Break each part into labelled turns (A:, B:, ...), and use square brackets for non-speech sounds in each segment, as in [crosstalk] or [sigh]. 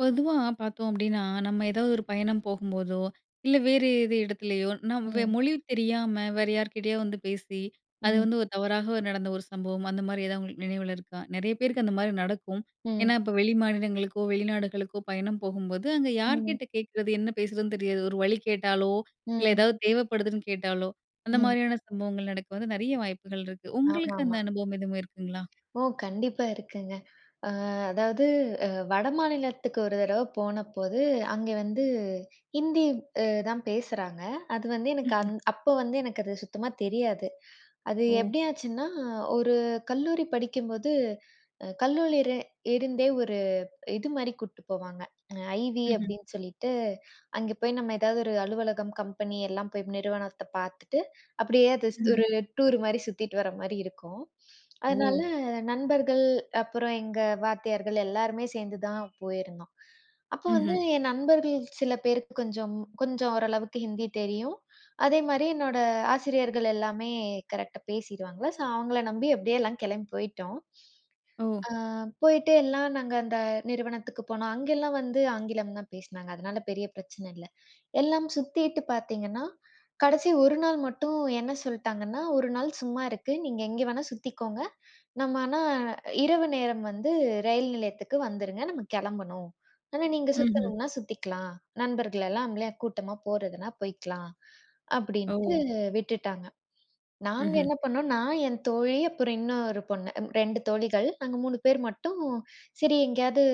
A: பொதுவா பார்த்தோம் அப்டின்னா, நம்ம ஏதாவது ஒரு பயணம் போகும்போதோ, இல்ல வேறு எது இடத்துலயோ, நம்
B: ம்.
A: மொழி தெரியாம வேற யார்கிட்டயோ வந்து பேசி, அது
B: ம்ஹ்ம்.
A: வந்து ஒரு தவறாக நடந்த ஒரு சம்பவம் அந்த மாரி ஏதாவது உங்களுக்கு நினைவுல இருக்கா? நெறைய பேருக்கு அந்த மாரி நடக்கும். ஏன்னா,
B: ம்.
A: இப்ப வெளிமாநிலங்களுக்கோ, வெளிநாடுகளுக்கோ பயணம் போகும்போது, அங்க
B: ம்.
A: யார்கிட்ட கேட்கறது, என்ன பேசுறதுன்னு தெரியாது. ஒரு வழி கேட்டாலோ, இல்ல
B: ம்.
A: ஏதாவது தேவைப்படுதுன்னு கேட்டாலோ, அந்த
B: ம்.
A: மாரியான சம்பவங்கள் நடக்க வந்து நெறைய வாய்ப்புகள் இருக்கு. உங்களுக்கு அந்த
B: ஆமாமா.
A: அனுபவம் எதுவும் இருக்குங்களா?
B: ஓ! கண்டிப்பா இருக்குங்க. அ அதாவது வடமாநிலத்துக்கு ஒரு தடவ போனபோது, அங்க வந்து ஹிந்தி தான் பேசுறாங்க. அது வந்து எனக்கு
A: ம்ஹ்ம்.
B: அப்போ வந்து எனக்கு அது சுத்தமா தெரியாது. அது
A: ஓ!
B: எப்படி ஆச்சுன்னா, ஒரு கல்லூரி படிக்கும்போது, கல்லூரில இருந்தே ஒரு இது மாரி கூட்டு போவாங்க. அ ஐவி
A: ம்ஹ்ம்.
B: அப்படின்னு சொல்லிட்டு, அங்க போய் நம்ம ஏதாவது ஒரு அலுவலகம், கம்பெனி எல்லாம் போய் நிறுவனத்த பார்த்துட்டு, அப்படியே அது ஸ்
A: ம்ஹ்ம்.
B: ஒரு டூர் மாரி சுத்திட்டு வர மாரி இருக்கும்.
A: ஓ!
B: அதனால நண்பர்கள், அப்புறம் எங்க வாத்தியார்கள் எல்லாருமே சேர்ந்து தான் போயிருந்தோம். அப்போ
A: ம்ஹ்ம்.
B: வந்து என் நண்பர்கள் சில பேருக்கு கொஞ்சம் கொஞ்சம் ஓரளவுக்கு ஹிந்தி தெரியும். அதே மாரி என்னோட ஆசிரியர்கள் எல்லாமே கரெக்ட்டா பேசிருவாங்களா, ஸோ அவங்கள நம்பி அப்படியே எல்லாம் கிளம்பி போயிட்டோம்.
A: ஓ!
B: ஆ போயிட்டு எல்லாம் நாங்க அந்த நிறுவனத்துக்கு போனோம். அங்கெல்லாம் வந்து ஆங்கிலம் தான் பேசினாங்க. அதனால பெரிய பிரச்சனை இல்ல. எல்லாம் சுத்திட்டு பார்த்தீங்கன்னா, கடைசி 1 நாள் மட்டும் என்ன சொல்ட்டாங்கன்னா, "1 நாள் சும்மா இருக்கு. நீங்க எங்க வேணா சுத்திக்கோங்க. நம்ம ஆனா இரவு நேரம் வந்து ரயில் நிலையத்துக்கு வந்துருங்க. நம்ம கெளம்பணும். ஆனா நீங்க
A: ம்ஹ்ம்.
B: சுத்தணும்னா சுத்திக்கலாம். நண்பர்கள் எல்லாம் நம்மளே கூட்டமா போறதுன்னா போய்க்கலாம்."
A: ஓ!
B: அப்படின்ட்டு விட்டுட்டாங்க. நாங்க
A: ம்ஹ்ம்.
B: என்ன பண்ணோம், நான் என் தோழி, அப்புறம் இன்னொரு பொண்ணு, 2 தோழிகள். நாங்க 3 பேர் மட்டும், சரி எங்கேயாவது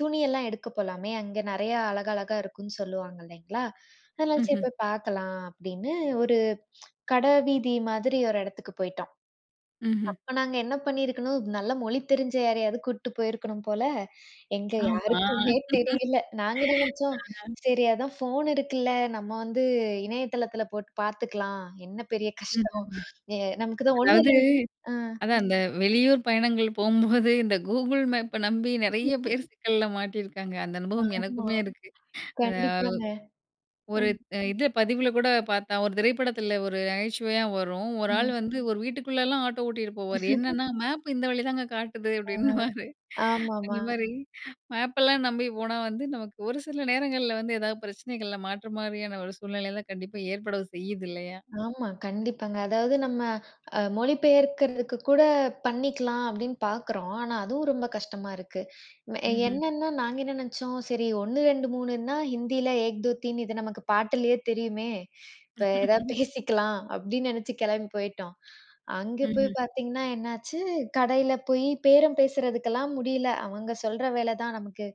B: துணியெல்லாம் எடுக்க போலாமே, அங்க நெறையா அழகழகா இருக்குன்னு சொல்லுவாங்க இல்லைங்களா? அதனால சரி
A: ம்ஹ்ம்.
B: போய் பார்க்கலாம் அப்படின்னு ஒரு கட வீதி மாதிரி ஒரு இடத்துக்கு போயிட்டோம்.
A: ம்ஹ்ம்.
B: அப்ப நாங்க என்ன பண்ணியிருக்கணும், நல்ல மொழி தெரிஞ்ச யாரையாவது கூட்டு போயிருக்கணும் போல. எங்க
A: ஆமா.
B: யாருக்குமே தெரியல. நாங்க என்ன நெனச்சோம், சரி அதான் ஃபோன் இருக்குல்ல, நம்ம வந்து இணையதளத்துல போட்டு பார்த்துக்கலாம். என்ன பெரிய கஷ்டம்.
A: ம்ஹ்ம்.
B: நமக்கு தான்
A: அதாவது
B: ஒண்ணு ஆ,
A: அதான் அந்த வெளியூர் பயணங்கள் போம்போது, இந்த கூகுள் மேப்ப நம்பி நெறைய பேர் சிக்கல்ல மாட்டியிருக்காங்க. அந்த அனுபவம்
B: ஆமா.
A: எனக்குமே இருக்கு. அத
B: கண்டிப்பாங்க.
A: ஒரு
B: ம்,
A: அ இது பதிவுல கூட பார்த்தா, ஒரு திரைப்படத்துல ஒரு நகைச்சுவையா வரும். ஒரு ஆள்
B: ம்.
A: வந்து ஒரு வீட்டுக்குள்ளலாம் ஆட்டோ ஓட்டிட்டு போவாரு. என்னன்னா, மேப் இந்த வழி தாங்க காட்டுது அப்டின்னுவாரு. அந்த
B: ஆமாமா.
A: மாரி மேப்பெல்லாம் நம்பி போனா வந்து, நமக்கு ஒரு சில நேரங்கள்ல வந்து ஏதாவது பிரச்சனைகள்ல மாட்ற மாரியான ஒரு சூழ்நிலைலாம் கண்டிப்பா ஏற்படவும் செய்யுது இல்லையா?
B: ஆமா, கண்டிப்பாங்க. அதாவது நம்ம மொழிபெயர்க்கிறதுக்கு கூட பண்ணிக்கலாம் அப்படின்னு பார்க்குறோம். ஆனா அதுவும் ரொம்ப கஷ்டமா இருக்கு. ம் என்னன்னா நாங்க என்ன நினைச்சோம், சரி 1, 2, 3ன்னா ஹிந்தியில "ஏக் தோ தீன்" இது நமக்கு பாட்டுலயே தெரியுமே. இப்ப ஏதாவது
A: ம்ஹ்ம்.
B: பேசிக்கலாம் அப்படின்னு நினைச்சு கிளம்பி போயிட்டோம். அங்க போய்
A: ம்ஹ்ம்.
B: பார்த்தீங்கன்னா என்னாச்சு, கடையில போய் பேரம் பேசுறதுக்கெல்லாம் முடியல. அவங்க சொல்ற வேலை தான் நமக்கு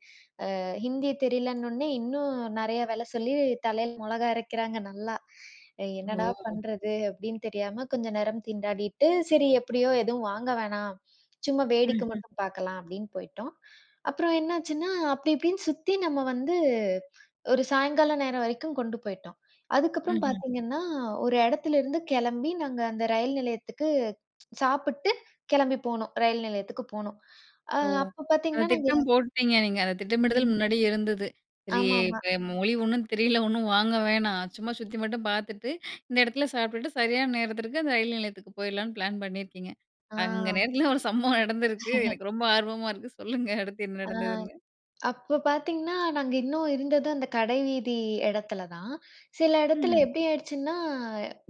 B: ஹிந்தி தெரியலன்னொன்னே, இன்னும் நெறைய வேல சொல்லி தலையில மொளகா அரைக்கிறாங்க நல்லா. என்னடா
A: ஓ!
B: பண்றது? அப்டின்னு தெரியாம கொஞ்ச நேரம் திண்டாடிட்டு, சரி எப்டியோ எதுவும் வாங்க வேணாம். சும்மா வேடிக்க
A: ம்ஹ்ம்,
B: மட்டும் பார்க்கலாம் அப்டின்னு போயிட்டோம். அப்புறம் என்னாச்சுன்னா, அப்டி இப்டின்னு சுத்தி நம்ம வந்து ஒரு சாயங்கால நேரம் வரைக்கும் கொண்டு போயிட்டோம். அதுக்கப்புறம்
A: ம்ஹ்ம்.
B: பார்த்தீங்கன்னா, ஒரு இடத்துல இருந்து கெளம்பி நாங்க அந்த ரயில் நிலையத்துக்கு சாப்பிட்டு கிளம்பி போனோம். ரயில் நிலையத்துக்கு போனோம். அ
A: ஓ!
B: அப்ப
A: அந்த
B: பார்த்தீங்கன்னா, நாங்க
A: திட்டம் போட்டீங்க நீங்க. அந்த திட்டமிடுதல்
B: ம்.
A: முன்னாடியே இருந்தது. சரி,
B: ஆமாமா.
A: இப்ப மொழி ஒண்ணும் தெரியல, ஒண்ணும் வாங்க வேணாம். சும்மா சுத்தி மட்டும் பார்த்துட்டு, இந்த இடத்துல சாப்பிட்டுட்டு சரியான நேரத்திற்கு அந்த ரயில் நிலையத்துக்கு போயிடலான்னு பிளான் பண்ணியிருக்கீங்க.
B: ஆ,
A: அங்க நேரத்துல ஒரு சம்பவம் நடந்திருக்கு. எனக்கு ரொம்ப ஆர்வமா இருக்கு. சொல்லுங்க அடுத்து என்ன
B: ஆ.
A: நடந்ததுன்னு?
B: அப்ப பார்த்தீங்கன்னா, நாங்க இன்னும் இருந்தது அந்த கடை வீதி இடத்துல தான். சில இடத்துல
A: ம்ஹ்ம்,
B: எப்படி ஆயிடுச்சுன்னா,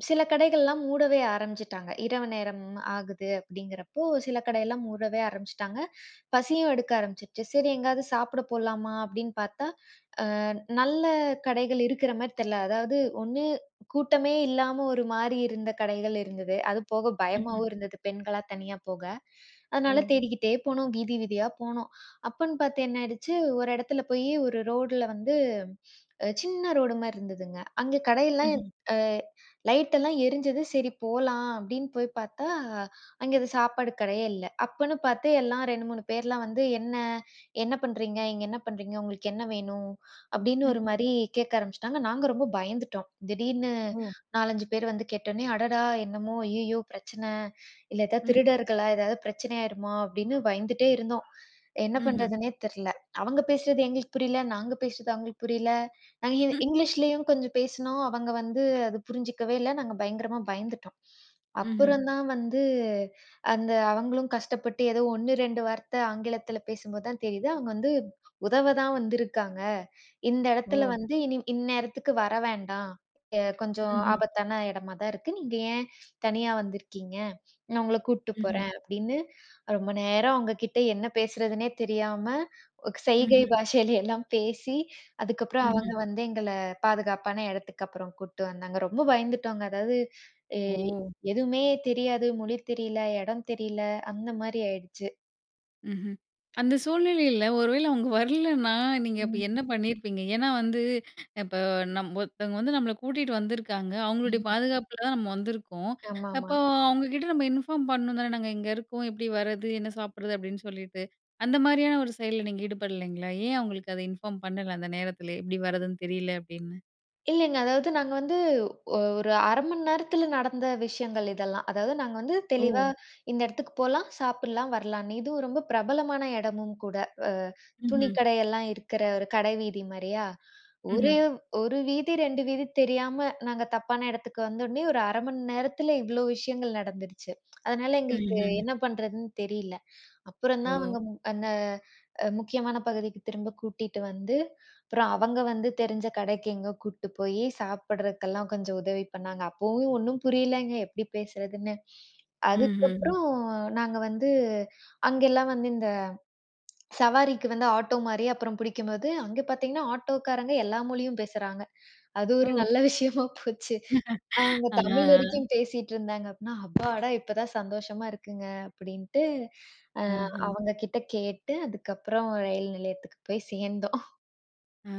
B: சில கடைகள்லாம் மூடவே ஆரம்பிச்சுட்டாங்க. இரவு நேரம் ஆகுது அப்படிங்கிறப்போ, சில கடையெல்லாம் மூடவே ஆரம்பிச்சுட்டாங்க. பசியும் எடுக்க ஆரம்பிச்சுருச்சு. சரி எங்கேயாவது சாப்பிட போலாமா அப்படின்னு பார்த்தா, நல்ல கடைகள் இருக்கிற மாரி தெர்ல. அதாவது ஒண்ணு கூட்டமே இல்லாம ஒரு மாரி இருந்த கடைகள் இருந்தது. அது போக
A: ம்ஹ்ம்.
B: பயமாவும் இருந்தது. பெண்களா தனியா போக.
A: ஓ!
B: அதனால தேடிக்கிட்டே போனோம். வீதி வீதியா போனோம். அப்பன்னு பார்த்து என்ன ஆயிடுச்சு, ஒரு இடத்துல போயி ஒரு ரோடுல வந்து சின்ன ரோடு மாரி இருந்ததுங்க. அங்க கடையெல்லாம்
A: ம்ஹ்ம்,
B: அ லைட் எல்லாம் எரிஞ்சது. சரி போலாம் அப்படின்னு போய் பார்த்தா, அங்க அது சாப்பாடு கடையே இல்ல. அப்பன்னு பார்த்து எல்லாம் 2, 3 பேர்லாம் வந்து, "என்ன பண்றீங்க? இங்க என்ன பண்றீங்க? உங்களுக்கு என்ன வேணும்?" அப்படின்னு ஒரு
A: ம்ஹ்ம்.
B: மாரி கேட்க ஆரம்பிச்சுட்டாங்க. நாங்க ரொம்ப பயந்துட்டோம். திடீர்னு
A: ஓ!
B: 4, 5 பேர் வந்து கேட்டோனே, அடடா! என்னமோ ஐய்யயோ! பிரச்சனை. இல்ல ஏதாவது
A: ம்,
B: திருடர்களா? ஏதாவது பிரச்சனை ஆயிருமா? அப்படின்னு பயந்துட்டே இருந்தோம். என்ன
A: ம்ஹ்ம்.
B: பண்றதுன்னே தெரியல. அவங்க பேசுறது எங்களுக்கு புரியல. நாங்க பேசுறது அவங்களுக்கு புரியல. நாங்க இங்கிலீஷ்லயும் கொஞ்சம் பேசினோம். அவங்க வந்து அது புரிஞ்சுக்கவே இல்ல. நாங்க பயங்கரமா பயந்துட்டோம்.
A: ம்ஹ்ம்.
B: அப்புறம் தான் வந்து அவங்களும் கஷ்டப்பட்டு ஏதோ 1, 2 வார்த்தை ஆங்கிலத்தில பேசும்போது தான் தெரியுது. அவங்க வந்து உதவ தான் வந்திருக்காங்க. இந்த இடத்துல
A: ஓ!
B: வந்து இனி இந்நேரத்துக்கு வர வேண்டாம். கொஞ்சம்
A: ம்ஹ்ம்,
B: ஆபத்தான இடமா தான் இருக்கு. நீங்க ஏன் தனியா வந்திருக்கீங்க? நான் உங்கள கூட்டு
A: ம்ஹ்ம்,
B: போறேன் அப்படின்னு ரொம்ப நேரம் அவங்க கிட்ட என்ன பேசுறதுன்னே தெரியாம, ஒரு செய்கை
A: ம்ஹ்ம்,
B: பாஷையில எல்லாம் பேசி, அதுக்கப்புறம்
A: ம்ஹ்ம்.
B: அவங்க வந்து எங்கள பாதுகாப்பான இடத்துக்கு அப்புறம் கூட்டு வந்தாங்க. ரொம்ப பயந்துட்டோங்க. அதாவது எ
A: ஓ!
B: எதுவுமே தெரியாது, மொழி தெரியல, இடம் தெரியல, அந்த மாரி ஆயிடுச்சு.
A: ம்ஹ்ம். அந்த சூழ்நிலையில ஒருவேள அவங்க வரலன்னா, நீங்க அப்ப
B: ம்.
A: என்ன பண்ணியிருப்பீங்க? ஏன்னா வந்து இப்ப நம் ஒருத்தவங்க வந்து நம்மள கூட்டிட்டு வந்திருக்காங்க. அவங்களுடைய
B: ம்.
A: பாதுகாப்புல தான் நம்ம வந்திருக்கோம்.
B: ஆமாமா.
A: அப்போ அவங்ககிட்ட நம்ம இன்ஃபார்ம் பண்ணணும் தானே, "நாங்க இங்க இருக்கோம். எப்படி வரது? என்ன சாப்பிடுறது?" அப்படின்னு சொல்லிட்டு. அந்த மாரியான ஒரு செயல்ல நீங்க ஈடுபடலைங்களா? ஏன் அவங்களுக்கு அத இன்ஃபார்ம் பண்ணல அந்த நேரத்திலே, "இப்படி வரதுன்னு தெரியல" அப்படின்னு?
B: இல்லைங்க. அதாவது நாங்க வந்து ஒ- ஒரு 1/2 மணி நேரத்துல நடந்த விஷயங்கள் இதெல்லாம். அதாவது நாங்க வந்து
A: ஓ!
B: தெளிவா இந்த இடத்துக்கு போலாம், சாப்பிடலாம், வரலாம்ன்னு. இதுவும் ரொம்ப பிரபலமான இடமும் கூட. அ துணி
A: ம்ஹ்ம்.
B: கடையெல்லாம் இருக்கிற ஒரு கடை வீதி மாரியா. ஒரே
A: ம்ஹ்ம்.
B: 1 வீதி, 2 வீதி தெரியாம நாங்க தப்பான இடத்துக்கு வந்தோனே ஒரு 1/2 மணி நேரத்துல இவ்ளோ விஷயங்கள் நடந்துருச்சு. அதனால எங்களுக்கு
A: ம்ஹ்ம்.
B: என்ன பண்றதுன்னு தெரியல. அப்புறம் தான்
A: ஓ!
B: அவங்க முக்கியமான பகுதிக்கு திரும்ப கூட்டிட்டு வந்து, அப்புறம் அவங்க வந்து தெரிஞ்ச கடைக்கு எங்கோ கூட்டு போயி சாப்பிடுறதுக்கெல்லாம் கொஞ்சம் உதவி பண்ணாங்க. அப்பவும் ஒண்ணும் புரியலங்க எப்படி பேசுறதுன்னு.
A: ம்ஹ்ம்.
B: அதுக்கப்புறம் நாங்க வந்து அங்கெல்லாம் வந்து இந்த சவாரிக்கு வந்து ஆட்டோ மாரி அப்புறம் பிடிக்கும்போது, அங்க பார்த்தீங்கன்னா ஆட்டோக்காரங்க எல்லா மொழியும் பேசுறாங்க. அது ஒரு
A: ஓ!
B: நல்ல விஷயமா போச்சு. அவங்க
A: ஆ, ஆ,
B: தமிழ் வரைக்கும் பேசிட்டு இருந்தாங்க அப்டின்னா, "அப்பாடா! இப்பதான் சந்தோஷமா இருக்குங்க" அப்டின்ட்டு அ
A: ஆஹ.
B: அவங்க கிட்ட கேட்டு, அதுக்கப்புறம் ரயில் நிலையத்துக்கு போய் சேர்ந்தோம்.
A: ஆ.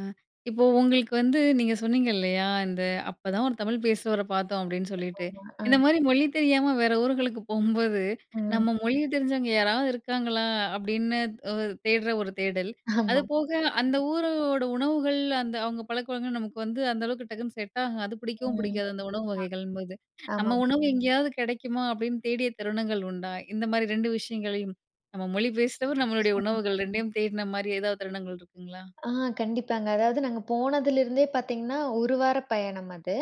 A: இப்போ உங்களுக்கு வந்து நீங்க சொன்னீங்க இல்லையா, இந்த அப்பதான் ஒரு தமிழ் பேசுறவர பார்த்தோம் அப்படின்னு சொல்லிட்டு.
B: ஆமா. அ.
A: இந்த மாரி மொழி தெரியாம வேற ஊர்களுக்கு போம்போது,
B: ம்.
A: நம்ம மொழி தெரிஞ்சவங்க யாராவது இருக்காங்களா? அப்படின்னு அ தேடுற ஒரு தேடல். அது
B: ஆமா.
A: போக அந்த ஊரோட உணவுகள், அந்த அவங்க பழக்கவழக்கம் நமக்கு வந்து அந்த அளவுக்கு டக்குன்னு செட் ஆகாது. பிடிக்கவும்
B: ம்.
A: பிடிக்காது அந்த உணவு வகைகள்ங்கும்போது. நம்ம
B: ஆமாமா.
A: உணவு எங்கேயாவது கிடைக்குமா அப்படின்னு தேடிய தருணங்கள் உண்டா? இந்த மாரி 2 விஷயங்களையும், நம்ம மொழி பேசுறவர், நம்மளுடைய உணவுகள் 2யும் தேடின மாரி ஏதாவது தருணங்கள் இருக்குங்களா?
B: ஆ கண்டிப்பாங்க. அதாவது நாங்க போனதிலிருந்தே பார்த்தீங்கன்னா, 1 வார பயணம் அது.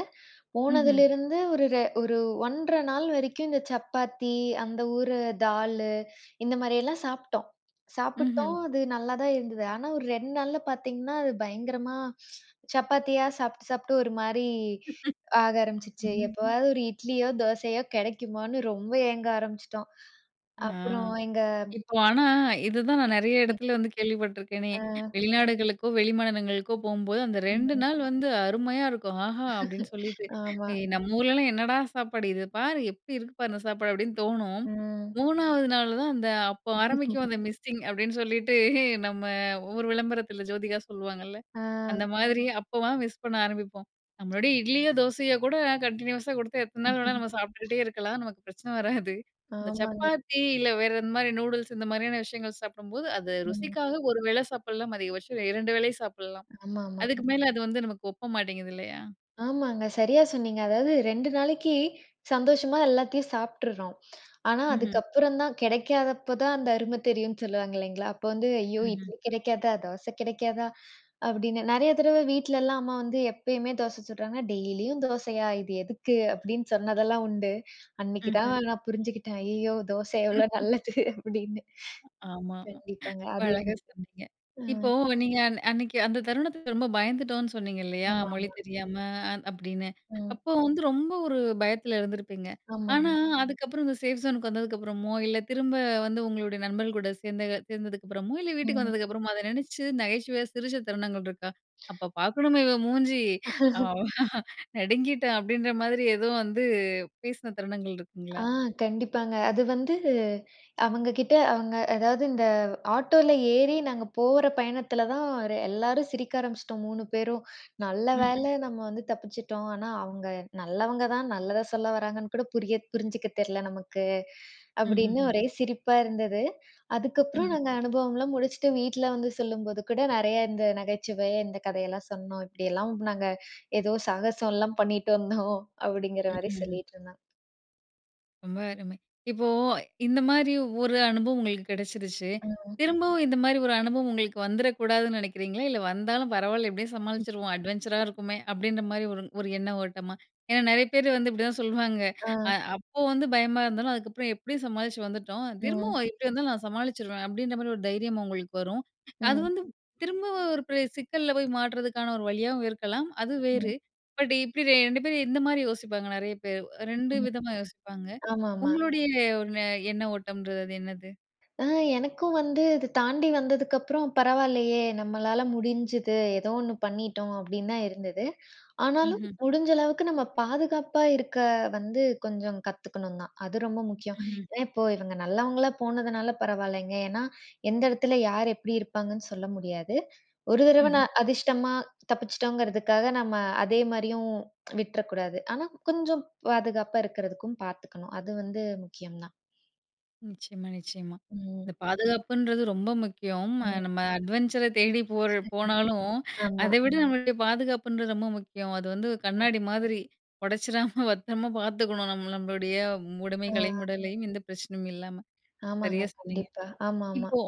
A: ம்ஹ்ம்.
B: போனதிலிருந்து ஒரு 1 1/2 நாள் வரைக்கும் இந்த சப்பாத்தி, அந்த ஊரு தாலு இந்த மாரியெல்லாம் சாப்பிட்டோம்.
A: ம்ஹ்ம்.
B: சாப்பிட்டோம். அது நல்லா தான் இருந்தது. ஆனா ஒரு 2 நாள்ல பார்த்தீங்கன்னா, அது பயங்கரமா சப்பாத்தியா சாப்பிட்டு சாப்பிட்டு ஒரு மாரி ஆக ஆரம்பிச்சுச்சு.
A: ம்ஹ்ம்.
B: எப்பவாவது ஒரு இட்லியோ, தோசையோ கெடைக்குமான்னு ரொம்ப ஏங்க ஆரம்பிச்சுட்டோம்.
A: ஆ.
B: அப்புறம் எங்க
A: இப்போ ஆனா, இதுதான் நான் நெறைய இடத்துல வந்து கேள்விப்பட்டுருக்கேனே!
B: அ
A: வெளிநாடுகளுக்கோ, வெளிமாநிலங்களுக்கோ போம்போது, அந்த 2
B: ம்.
A: நாள் வந்து அருமையா இருக்கும். ஆஹா! அப்படின்னு சொல்லிட்டு,
B: ஆமா.
A: "ஏ நம்ம ஊர்லலாம் என்னடா சாப்பாடு? இது பாரு எப்படி இருக்கு பாரு இந்த சாப்பாடு" அப்படின்னு தோணும்.
B: ம்.
A: 3வது நாள் தான் அந்த அப்போ ஆரம்பிக்கும் அந்த மிஸ்ஸிங் அப்படின்னு சொல்லிட்டு, நம்ம ஒவ்வொரு விளம்பரத்தில ஜோதிகா சொல்லுவாங்கல்ல.
B: ஆ.
A: அந்த மாதிரி அப்போதான் மிஸ் பண்ண ஆரம்பிப்போம். நம்மளுடைய இட்லியோ, தோசையோ கூட கன்டினியூஸா குடுத்தா எத்தன நாள் வேணா நம்ம
B: [laughs]
A: சாப்பிட்டுக்கிட்டே இருக்கலாம். நமக்கு பிரச்சனை வராது. அந்த
B: ஆமாங்க.
A: சப்பாத்தி இல்ல வேற இந்த மாரி நூடுல்ஸ் இந்த மாதிரியான விஷயங்கள் சாப்பிடும்போது, அது
B: ம்.
A: ருசிக்காக ஒரு வேளை சாப்பிடலாம். அதிகபட்சம் 2 வேளை சாப்பிடலாம்.
B: ஆமாமா.
A: அதுக்கு மேல அது வந்து நமக்கு ஒப்ப மாட்டேங்குது இல்லையா?
B: ஆமாங்க. சரியா சொன்னீங்க. அதாவது 2 நாளைக்கு சந்தோஷமா எல்லாத்தையும் சாப்ட்டுர்றோம். ஆனா,
A: ம்ஹ்ம்.
B: அதுக்கப்புறம் தான் கிடைக்காதப்ப தான் அந்த அருமை தெரியும்னு சொல்லுவாங்க இல்லைங்களா? அப்போ வந்து ஐயோ!
A: ம்ஹ்ம்.
B: இட்லி கிடைக்காதா? தோசை கிடைக்காதா? அப்படின்னு நெறைய தடவ வீட்லலாம் அம்மா வந்து எப்பயுமே தோசை சுடுறாங்கன்னா, டெய்லியும் தோசையா? இது எதுக்கு? அப்படின்னு சொன்னதெல்லாம் உண்டு. அன்னைக்கு தான்
A: ம்ஹ்ம்.
B: நான் புரிஞ்சுக்கிட்டேன். ஐயய்யோ! தோசை எவ்வளோ நல்லது அப்படின்னு.
A: ஆமாமா.
B: கண்டிப்பாங்க.
A: ரொம்ப
B: அது
A: அழகா
B: இருந்து.
A: சொன்னீங்க.
B: அ
A: இப்போ நீங்க அன்னைக்கு அந்த தருணத்துக்கு ரொம்ப பயந்துட்டோம்னு சொன்னீங்க இல்லையா?
B: ஆமா.
A: மொழி தெரியாம அப்படின்னு.
B: ம்.
A: அப்போ வந்து ரொம்ப ஒரு பயத்துல இருந்திருப்பீங்க. ஆனா,
B: ஆமாங்க.
A: அதுக்கப்புறம் இந்த சேஃப் ஜோனுக்கு வந்ததுக்கப்புறமோ, இல்ல திரும்ப வந்து உங்களுடைய நண்பர்கள் கூட சேர்ந்ததுக்கப்புறமோ, இல்ல வீட்டுக்கு
B: ம்.
A: வந்ததுக்கப்புறமோ, அத நினைச்சு நகைச்சுவையா சிரிச்ச தருணங்கள் இருக்கா? "அப்ப பார்க்கணுமே இவ மூஞ்சி, அவ நடுங்கிட்டா" அப்படின்ற மாதிரி ஏதோ வந்து பேசின தருணங்கள் இருக்குங்களா?
B: ஆ கண்டிப்பாங்க. அது வந்து அவங்க கிட்ட அவங்க அதாவது இந்த ஆட்டோல ஏறி நாங்க போற பயணத்துல தான் ஒரு எல்லாரும் சிரிக்க ஆரம்பிச்சுட்டோம் 3 பேரும். நல்ல வேளை
A: ம்ஹ்ம்.
B: நம்ம வந்து தப்பிச்சுட்டோம். ஆனா அவங்க நல்லவங்க தான், நல்லதா சொல்ல வராங்கன்னு கூட புரிஞ்சுக்க தெரியல நமக்கு. அப்படின்னு
A: ம்ஹ்ஹ்ம்.
B: ஒரே சிரிப்பா இருந்தது. அதுக்கப்புறம்
A: ம்ஹ்ம்.
B: நாங்க அனுபவம்லாம் முடிச்சுட்டு வீட்ல வந்து சொல்லும்போது கூட நெறைய இந்த நகைச்சுவை, இந்த கதையெல்லாம் சொன்னோம். இப்படியெல்லாம் நாங்க ஏதோ சாகசம்லாம் பண்ணிட்டு வந்தோம் அப்படிங்கிற மாரி
A: ம்ஹ்ம்.
B: சொல்லிட்டு இருந்தான்.
A: ரொம்ப அருமை. இப்போ இந்த மாரி ஒரு அனுபவம் உங்களுக்கு கிடைச்சிருச்சு.
B: ம்.
A: திரும்பவும் இந்த மாரி ஒரு அனுபவம் உங்களுக்கு வந்துரக்கூடாதுன்னு நினைக்கிறீங்களா? இல்ல வந்தாலும் பரவால்ல எப்படியும் சமாளிச்சுருவோம். அட்வென்ச்சரா இருக்குமே! அப்படின்ற மாரி ஒரு ஒரு எண்ண ஓட்டமா? ஏன்னா நெறைய பேர் வந்து இப்படிதான் சொல்லுவாங்க. அ
B: ஆ.
A: அப்போ வந்து பயமா இருந்தாலும், அதுக்கப்புறம் எப்படியும் சமாளிச்சு வந்துட்டோம்.
B: ம்.
A: திரும்பவும் எப்படி வந்தாலும் நான் சமாளிச்சுருவேன். அப்படின்ற மாரி ஒரு தைரியம் உங்களுக்கு வரும். அது
B: ம்.
A: வந்து திரும்ப ஒரு பெரிய சிக்கல்ல போய் மாட்றதுக்கான ஒரு வழியாவும் இருக்கலாம். அது
B: ம்.
A: வேறு. பட் இப்படி 2 பேரும் இந்த மாரி யோசிப்பாங்க நெறைய பேர். 2
B: ம்.
A: விதமா யோசிப்பாங்க.
B: ஆமாமா.
A: உங்களுடைய ஒரு எண்ண ஓட்டம்ன்றது அது என்னது?
B: ஆ எனக்கும் வந்து இது தாண்டி வந்ததுக்கப்புறம் பரவாயில்லையே! நம்மளால முடிஞ்சது. ஏதோ ஒண்ணு பண்ணிட்டோம் அப்படின்னு தான் இருந்தது. ஆனாலும்
A: ம்ஹ்ம்,
B: முடிஞ்ச அளவுக்கு நம்ம பாதுகாப்பா இருக்க வந்து கொஞ்சம் கத்துக்கணும் தான். அது ரொம்ப முக்கியம்.
A: ம்ஹ்ம்,
B: ஏன்னா இப்போ இவங்க நல்லவங்களா போனதுனால பரவாயில்லைங்க. ஏன்னா எந்த இடத்துல யார் எப்படி இருப்பாங்கன்னு சொல்ல முடியாது. ஒரு தடவ
A: ம்ஹ்ம்.
B: நான் அதிர்ஷ்டமா தப்பிச்சிட்டோங்கிறதுக்காக நம்ம அதே மாரியும் விட்றக்கூடாது. ஆனா கொஞ்சம் பாதுகாப்பா இருக்கிறதுக்கும் பார்த்துக்கணும். அது வந்து முக்கியம் தான்.
A: நிச்சயமா, நிச்சயமா.
B: ம்.
A: இந்த பாதுகாப்புன்றது ரொம்ப முக்கியம்.
B: ம்.
A: நம்ம அட்வென்ச்சர தேடி போற போனாலும்,
B: ஆமா.
A: அத விட நம்மளுடைய பாதுகாப்புன்றது ரொம்ப முக்கியம். அது வந்து கண்ணாடி மாதிரி உடைச்சிராம [laughs] பத்திரமா பார்த்துக்கணும். நம்மளுடைய உடைமைகளையும்,
B: ஆ.
A: உடலையும் எந்த பிரச்சனையும் இல்லாம.
B: ஆமாங்க.
A: சரியா சொன்னீங்க.
B: கண்டிப்பா. ஆமாமா.
A: இப்போ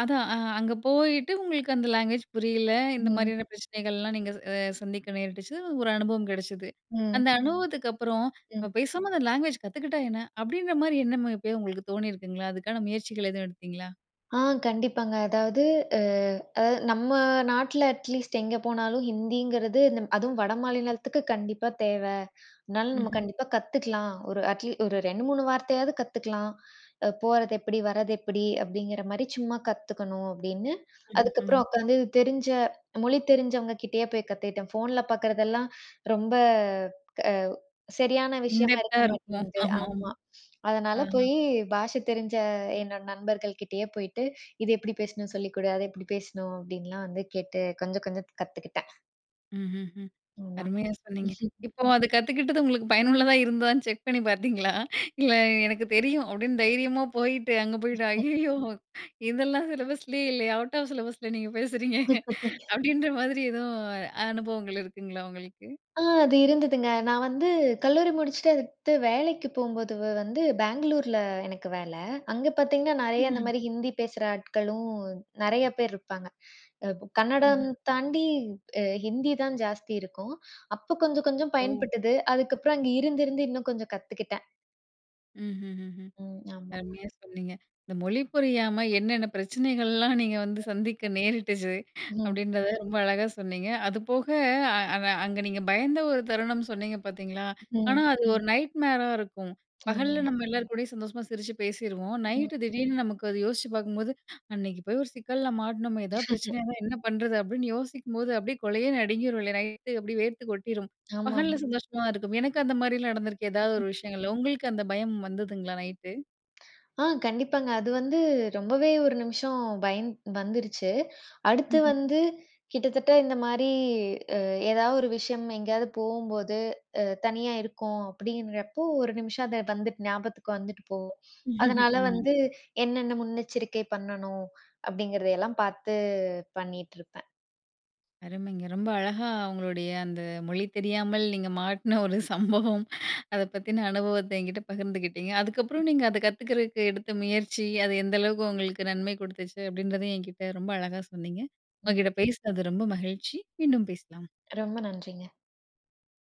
A: அதான் அங்க போயிட்டு உங்களுக்கு அந்த லாங்குவேஜ் புரியல. இந்த
B: ம்.
A: மாதிரியான பிரச்சனைகள்லாம் நீங்க சந்திக்க நேரிட்டுச்சு. ஒரு அனுபவம் கிடைச்சது.
B: ம்.
A: அந்த ம். அனுபவத்துக்கு அப்புறம், நம்ம பேசாம அந்த லாங்குவேஜ் கத்துக்கிட்டா என்ன? அப்படின்ற மாரி எண்ணம் எப்பயாவது உங்களுக்கு தோணியிருக்குங்களா? அதுக்கான முயற்சிகள் எதுவும் எடுத்தீங்களா?
B: ஆ கண்டிப்பாங்க. அ அதாவது நம்ம நாட்ல அட்லீஸ்ட் எங்க போனாலும் ஹிந்திங்கிறது இந்த அதுவும் வட மாநிலத்துக்கு கண்டிப்பா தேவ. அதனால நம்ம
A: ம்ஹ்ம்.
B: கண்டிப்பா கத்துக்கலாம். ஒரு 2, 3 வார்த்தையாவது கத்துக்கலாம். போறது எப்படி, வர்றது எப்படி அப்படிங்கிற மாரி சும்மா கத்துக்கணும் அப்படின்னு.
A: ம்ஹ்ம்.
B: அதுக்கப்புறம் உட்காந்து இது தெரிஞ்ச மொழி தெரிஞ்சவங்க கிட்டயே போய் கத்துக்கிட்டேன். ஃபோன்ல பார்க்கறதெல்லாம் ரொம்ப அ சரியான
A: இன்
B: விஷயமா
A: டெப்த்தா
B: இருக்க
A: இருக்கும்.
B: மாட்டேங்குது.
A: ஆமாமா.
B: ஆமா.
A: ஆ.
B: அதனால போய் பாஷை தெரிஞ்ச என்னோட நண்பர்கள் கிட்டயே போயிட்டு இது எப்படி பேசணும் சொல்லிக் கொடு, அத எப்படி பேசணும் அப்படின்லாம் வந்து கேட்டு கொஞ்சம் கொஞ்சம் கத்துக்கிட்டேன்.
A: ம்ஹ்ஹ்ம்.
B: ஆமா.
A: அருமையா சொன்னீங்க. இப்போ அது கத்துக்கிட்டது உங்களுக்கு பயனுள்ளதா இருந்ததான்னு செக் பண்ணி பார்த்தீங்களா? இல்ல எனக்கு தெரியும் அப்படின்னு தைரியமா போயிட்டு அங்க போயிட்டு, "ஐயய்யோ! இதெல்லாம் சிலபஸ்லயே இல்லையே! அவுட் ஆஃப் சிலபஸ்ல நீங்க பேசுறீங்க" அப்படின்ற மாதிரி எதுவும் அனுபவங்கள் இருக்குங்களா உங்களுக்கு?
B: அது இருந்ததுங்க. நான் வந்து கல்லூரி முடிச்சுட்டு அடுத்து வேலைக்கு போம்போது வந்து பெங்களூர்ல எனக்கு வேலை. அங்க பார்த்தீங்கன்னா, நெறைய அந்த
A: ம்ஹ்ம்.
B: மாரி ஹிந்தி பேசுற ஆட்களும் நெறைய பேர் இருப்பாங்க. அ
A: ம்ஹ்ம்.
B: கன்னடம் தாண்டி ஹிந்தி தான் ஜாஸ்தி இருக்கும். அப்ப கொஞ்சம் கொஞ்சம்
A: ஓ!
B: பயன்பட்டது. அதுக்கப்புறம் அங்க இருந்து இருந்து இன்னும் கொஞ்சம் கத்துக்கிட்டேன்.
A: ம்ஹ்ஹ்ம்.
B: ம். ஆமா.
A: அருமையா சொன்னீங்க. இந்த மொழி புரியாம என்னென்ன பிரச்சனைகள்லாம் நீங்க வந்து சந்திக்க நேரிட்டுச்சு,
B: ம்.
A: அப்படின்றத ரொம்ப அழகா சொன்னீங்க. அதுபோக அ அ அங்க நீங்க பயந்த ஒரு தருணம் சொன்னீங்க பார்த்தீங்களா?
B: ம்.
A: ஆனா அது ஒரு நைட் மேரா இருக்கும். பகல்ல
B: ஆமாமா.
A: நம்ம ம். எல்லார் கூடயும் சந்தோஷமா சிரிச்சு பேசிருவோம்.
B: ம்.
A: நைட்டு திடீர்னு நமக்கு அது யோசிச்சு பார்க்கும்போது, "அன்னைக்கு போய் ஒரு சிக்கல்ல மாட்டுனோமே, ஏதாவது பிரச்சனையா இருந்தா என்ன பண்றது?" அப்படின்னு யோசிக்கும்போது அப்படியே கொலையே நடுங்கிரும் இல்லையா? நைட்டு அப்படியே வேர்த்து கொட்டிரும். பகல்ல
B: ஆமாமா.
A: ம். சந்தோஷமா தான் இருக்கும். எனக்கு அந்த மாரிலாம் நடந்திருக்கு ஏதாவது ஒரு விஷயங்கள்ல. உங்களுக்கு அந்த பயம் வந்ததுங்களா நைட்டு?
B: கண்டிப்பாங்க. அது வந்து ரொம்பவே ஒரு நிமிஷம் பயந் வந்துருச்சு. அடுத்து வந்து கிட்டத்தட்ட இந்த மாரி அ ஏதாவது ஒரு விஷயம் எங்கேயாவது போகும்போது, தனியா இருக்கோம் அப்படிங்கிறப்போ, ஒரு நிமிஷம் அத வந்துட்டு ஞாபகத்துக்கு வந்துட்டு போகும். அதனால வந்து
A: ம்.
B: என்னென்ன முன்னெச்சரிக்கை பண்ணணும் அப்படிங்கிறதையெல்லாம் பார்த்து பண்ணிட்டுருப்பேன்.
A: அருமைங்க. ரொம்ப அழகா உங்களுடைய அந்த மொழி தெரியாமல் நீங்க மாட்டின ஒரு சம்பவம், அத பத்தின அனுபவத்த என்கிட்ட பகிர்ந்துக்கிட்டீங்க. அதுக்கப்புறம் நீங்க அத கத்துக்கிறதுக்கு எடுத்த முயற்சி, அது எந்த அளவுக்கு உங்களுக்கு நன்மை குடுத்துச்சு, அப்படின்றதையும் என்கிட்ட ரொம்ப அழகா சொன்னீங்க.
B: ம்.
A: உங்ககிட்ட பேசினது ரொம்ப மகிழ்ச்சி. மீண்டும் பேசலாம்.
B: ரொம்ப நன்றிங்க.